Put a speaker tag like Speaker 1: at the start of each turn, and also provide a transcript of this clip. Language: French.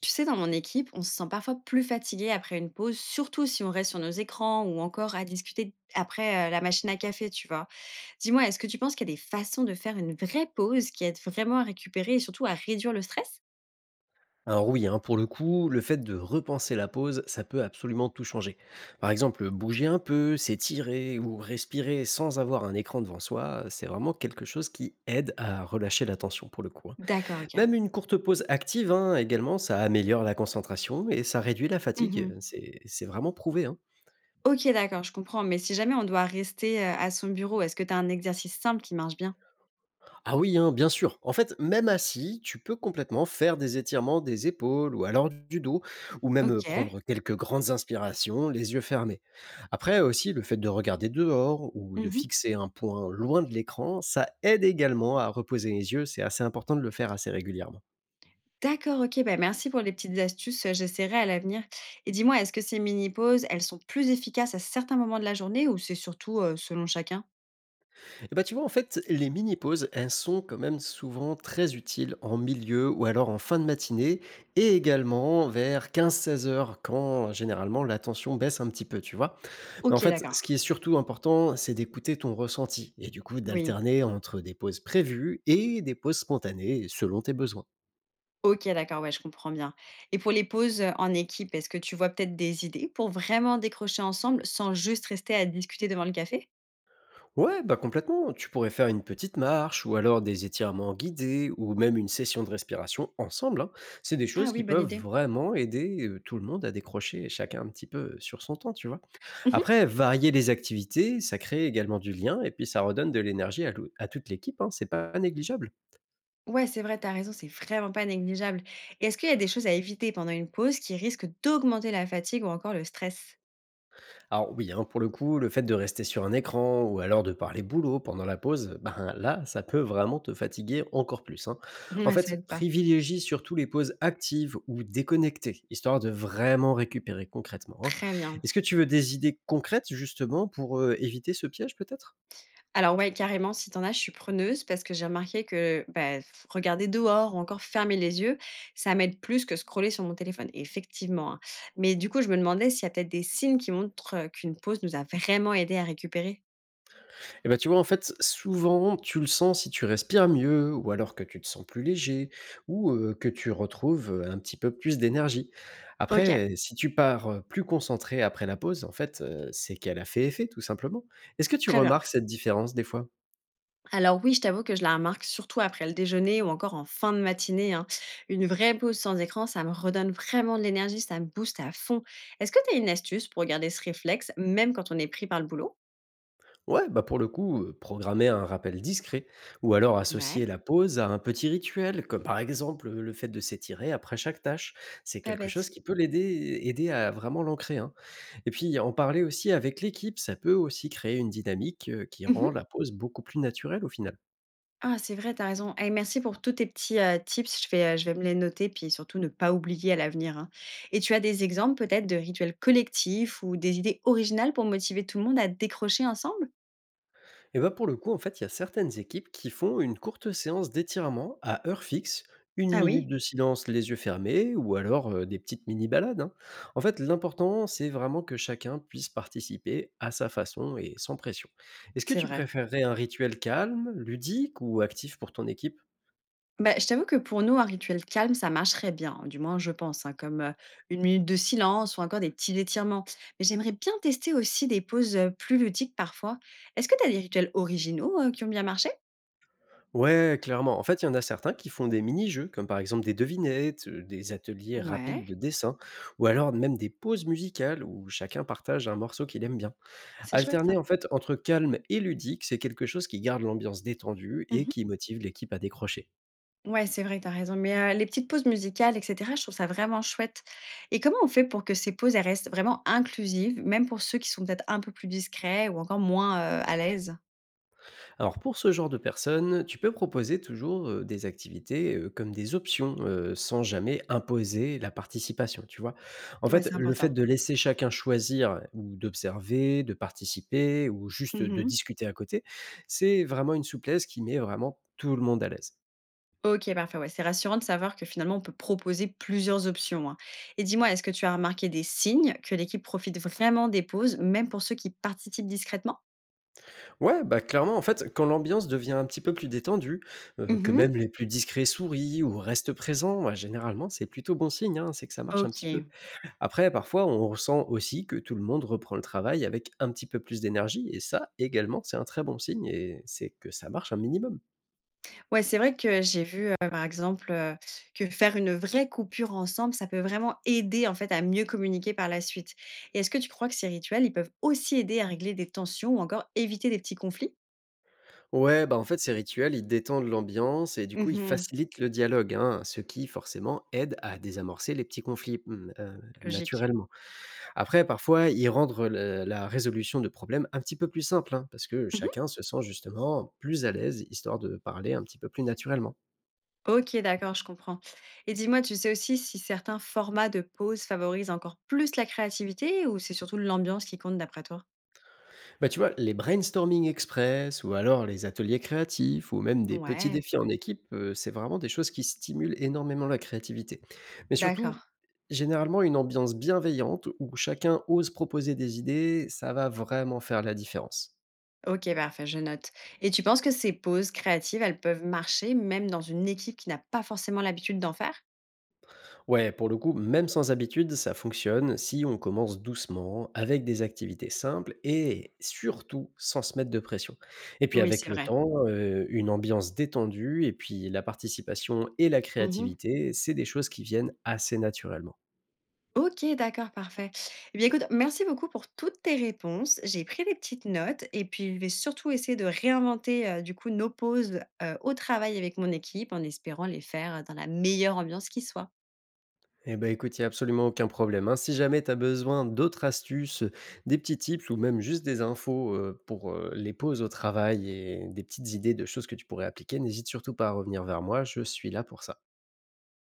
Speaker 1: Tu sais, dans mon équipe, on se sent parfois plus fatigué après une pause, surtout si on reste sur nos écrans ou encore à discuter après la machine à café, tu vois. Dis-moi, est-ce que tu penses qu'il y a des façons de faire une vraie pause qui aide vraiment à récupérer et surtout à réduire le stress?
Speaker 2: Alors oui, hein, pour le coup, le fait de repenser la pause, ça peut absolument tout changer. Par exemple, bouger un peu, s'étirer ou respirer sans avoir un écran devant soi, c'est vraiment quelque chose qui aide à relâcher la tension pour le coup, hein.
Speaker 1: D'accord, ok.
Speaker 2: Même une courte pause active, hein, également, ça améliore la concentration et ça réduit la fatigue.
Speaker 1: Mhm.
Speaker 2: C'est vraiment prouvé, hein.
Speaker 1: Ok, d'accord, je comprends. Mais si jamais on doit rester à son bureau, est-ce que tu as un exercice simple qui marche bien?
Speaker 2: Ah oui, hein, bien sûr. En fait, même assis, tu peux complètement faire des étirements des épaules ou alors du dos, ou même
Speaker 1: Ok.
Speaker 2: prendre quelques grandes inspirations, les yeux fermés. Après aussi, le fait de regarder dehors ou de fixer un point loin de l'écran, ça aide également à reposer les yeux. C'est assez important de le faire assez régulièrement.
Speaker 1: D'accord, OK, bah, merci pour les petites astuces, j'essaierai à l'avenir. Et dis-moi, est-ce que ces mini pauses, elles sont plus efficaces à certains moments de la journée ou c'est surtout, selon chacun?
Speaker 2: Et bah, tu vois, en fait, les mini-pauses, elles sont quand même souvent très utiles en milieu ou alors en fin de matinée et également vers 15-16 heures quand généralement la tension baisse un petit peu, tu vois. Mais en
Speaker 1: OK,
Speaker 2: fait, ce
Speaker 1: d'accord.
Speaker 2: qui est surtout important, c'est d'écouter ton ressenti et du coup
Speaker 1: Oui.
Speaker 2: d'alterner entre des pauses prévues et des pauses spontanées selon tes besoins.
Speaker 1: OK, d'accord, ouais, je comprends bien. Et pour les pauses, en équipe, est-ce que tu vois peut-être des idées pour vraiment décrocher ensemble sans juste rester à discuter devant le café?
Speaker 2: Ouais, bah complètement. Tu pourrais faire une petite marche ou alors des étirements guidés ou même une session de respiration ensemble, hein. C'est des
Speaker 1: Ah
Speaker 2: choses
Speaker 1: oui,
Speaker 2: qui
Speaker 1: bonne
Speaker 2: peuvent
Speaker 1: idée.
Speaker 2: vraiment aider tout le monde à décrocher chacun un petit peu sur son temps, tu vois.
Speaker 1: Mmh.
Speaker 2: Après, varier les activités, ça crée également du lien et puis ça redonne de l'énergie à, à toute l'équipe, hein. C'est pas négligeable.
Speaker 1: Ouais, c'est vrai, t'as raison, c'est vraiment pas négligeable. Et est-ce qu'il y a des choses à éviter pendant une pause qui risquent d'augmenter la fatigue ou encore le stress?
Speaker 2: Alors oui, hein, pour le coup, le fait de rester sur un écran ou alors de parler boulot pendant la pause, ben là, ça peut vraiment te fatiguer encore plus, hein. En
Speaker 1: Mouais, ça
Speaker 2: fait,
Speaker 1: aide pas.
Speaker 2: privilégie surtout les pauses actives ou déconnectées, histoire de vraiment récupérer concrètement, hein.
Speaker 1: Très bien.
Speaker 2: Est-ce que tu veux des idées concrètes justement pour éviter ce piège peut-être.
Speaker 1: Alors ouais, carrément, si t'en as, je suis preneuse parce que j'ai remarqué que, bah, regarder dehors ou encore fermer les yeux, ça m'aide plus que scroller sur mon téléphone, et effectivement. Hein. Mais du coup, je me demandais s'il y a peut-être des signes qui montrent qu'une pause nous a vraiment aidé à récupérer.
Speaker 2: Et ben tu vois, en fait, souvent, tu le sens si tu respires mieux, ou alors que tu te sens plus léger, ou que tu retrouves, un petit peu plus d'énergie.
Speaker 1: Ok,
Speaker 2: Après, si tu pars, plus concentré après la pause, en fait, c'est qu'elle a fait effet, tout simplement. Est-ce que tu
Speaker 1: très bien.
Speaker 2: remarques cette différence des fois?
Speaker 1: Alors oui, je t'avoue que je la remarque surtout après le déjeuner ou encore en fin de matinée. Hein. Une vraie pause sans écran, ça me redonne vraiment de l'énergie, ça me booste à fond. Est-ce que tu as une astuce pour garder ce réflexe, même quand on est pris par le boulot?
Speaker 2: Ouais, bah pour le coup, programmer un rappel discret ou alors associer
Speaker 1: Ouais.
Speaker 2: la pause à un petit rituel, comme par exemple, le fait de s'étirer après chaque tâche. C'est
Speaker 1: Pas
Speaker 2: quelque
Speaker 1: bête.
Speaker 2: chose qui peut l'aider aider à vraiment l'ancrer, hein. Et puis en parler aussi avec l'équipe, ça peut aussi créer une dynamique, qui
Speaker 1: Mhm.
Speaker 2: rend la pause beaucoup plus naturelle au final.
Speaker 1: Ah, c'est vrai, t'as raison. Et merci pour tous tes petits, tips. Je vais me les noter, puis surtout ne pas oublier à l'avenir, hein. Et tu as des exemples peut-être de rituels collectifs ou des idées originales pour motiver tout le monde à décrocher ensemble?
Speaker 2: Et bah, pour le coup, en fait, il y a certaines équipes qui font une courte séance d'étirement à heure fixe, une
Speaker 1: Ah
Speaker 2: minute
Speaker 1: oui,
Speaker 2: de silence les yeux fermés, ou alors des petites mini-balades, hein. En fait, l'important, c'est vraiment que chacun puisse participer à sa façon et sans pression. Est-ce que
Speaker 1: c'est
Speaker 2: tu
Speaker 1: vrai.
Speaker 2: préférerais un rituel calme, ludique ou actif pour ton équipe?
Speaker 1: Bah, je t'avoue que pour nous, un rituel calme, ça marcherait bien, hein, du moins je pense, hein, comme, 1 minute de silence ou encore des petits étirements. Mais j'aimerais bien tester aussi des pauses, plus ludiques parfois. Est-ce que tu as des rituels originaux, qui ont bien marché?
Speaker 2: Ouais, clairement. En fait, il y en a certains qui font des mini-jeux, comme par exemple des devinettes, des ateliers rapides
Speaker 1: Ouais,
Speaker 2: de dessin, ou alors même des pauses musicales où chacun partage un morceau qu'il aime bien.
Speaker 1: c'est chouette ça.
Speaker 2: Alterner en fait entre calme et ludique, c'est quelque chose qui garde l'ambiance détendue et
Speaker 1: Mmh.
Speaker 2: qui motive l'équipe à décrocher.
Speaker 1: Ouais, c'est vrai, t'as raison. Mais les petites pauses musicales et cetera, je trouve ça vraiment chouette. Et comment on fait pour que ces pauses, elles restent vraiment inclusives, même pour ceux qui sont peut-être un peu plus discrets ou encore moins, à l'aise?
Speaker 2: Alors pour ce genre de personnes, tu peux proposer toujours des activités comme des options sans jamais imposer la participation, tu vois. En
Speaker 1: Ouais,
Speaker 2: fait,
Speaker 1: c'est
Speaker 2: le
Speaker 1: important.
Speaker 2: fait de laisser chacun choisir ou d'observer, de participer ou juste de
Speaker 1: Mmh.
Speaker 2: discuter à côté, c'est vraiment une souplesse qui met vraiment tout le monde à l'aise.
Speaker 1: OK, parfait, ouais, c'est rassurant de savoir que finalement on peut proposer plusieurs options, hein. Et dis-moi, est-ce que tu as remarqué des signes que l'équipe profite vraiment des pauses, même pour ceux qui participent discrètement?
Speaker 2: Ouais, bah, clairement, en fait, quand l'ambiance devient un petit peu plus détendue, que
Speaker 1: Mmh.
Speaker 2: même les plus discrets sourient ou restent présents, bah, généralement, c'est plutôt bon signe, hein, c'est que ça marche un petit
Speaker 1: OK.
Speaker 2: peu. Après, parfois, on ressent aussi que tout le monde reprend le travail avec un petit peu plus d'énergie et ça, également, c'est un très bon signe et c'est que ça marche un minimum.
Speaker 1: Ouais, c'est vrai que j'ai vu, par exemple, que faire une vraie coupure ensemble, ça peut vraiment aider, en fait, à mieux communiquer par la suite. Et est-ce que tu crois que ces rituels, ils peuvent aussi aider à régler des tensions ou encore éviter des petits conflits?
Speaker 2: Ouais, bah, en fait, ces rituels, ils détendent l'ambiance et du coup, ils
Speaker 1: Mmh.
Speaker 2: facilitent le dialogue, hein, ce qui, forcément, aide à désamorcer les petits conflits, mmh,
Speaker 1: Logique.
Speaker 2: naturellement. Après, parfois, ils rendent le la résolution de problèmes un petit peu plus simple, hein, parce que
Speaker 1: Mmh.
Speaker 2: chacun se sent justement plus à l'aise, histoire de parler un petit peu plus naturellement.
Speaker 1: OK, d'accord, je comprends. Et dis-moi, tu sais aussi si certains formats de pause favorisent encore plus la créativité ou c'est surtout l'ambiance qui compte d'après toi?
Speaker 2: Bah, tu vois, les brainstorming express, ou alors les ateliers créatifs, ou même des petits
Speaker 1: Ouais,
Speaker 2: défis en équipe, c'est vraiment des choses qui stimulent énormément la créativité. Mais
Speaker 1: d'accord.
Speaker 2: surtout, généralement, une ambiance bienveillante où chacun ose proposer des idées, ça va vraiment faire la différence.
Speaker 1: OK, parfait, je note. Et tu penses que ces pauses créatives, elles peuvent marcher même dans une équipe qui n'a pas forcément l'habitude d'en faire?
Speaker 2: Ouais, pour le coup, même sans habitude, ça fonctionne si on commence doucement, avec des activités simples et surtout sans se mettre de pression. Et puis
Speaker 1: Oui, c'est
Speaker 2: avec le
Speaker 1: vrai.
Speaker 2: temps, une ambiance détendue et puis la participation et la
Speaker 1: Mmh.
Speaker 2: créativité, c'est des choses qui viennent assez naturellement.
Speaker 1: OK, d'accord, parfait. Eh bien, écoute, merci beaucoup pour toutes tes réponses. J'ai pris des petites notes et puis je vais surtout essayer de réinventer, du coup, nos pauses, au travail avec mon équipe en espérant les faire, dans la meilleure ambiance qui soit.
Speaker 2: Eh ben écoute, il n'y a absolument aucun problème, hein. Si jamais tu as besoin d'autres astuces, des petits tips ou même juste des infos pour les pauses au travail et des petites idées de choses que tu pourrais appliquer, n'hésite surtout pas à revenir vers moi, je suis là pour ça.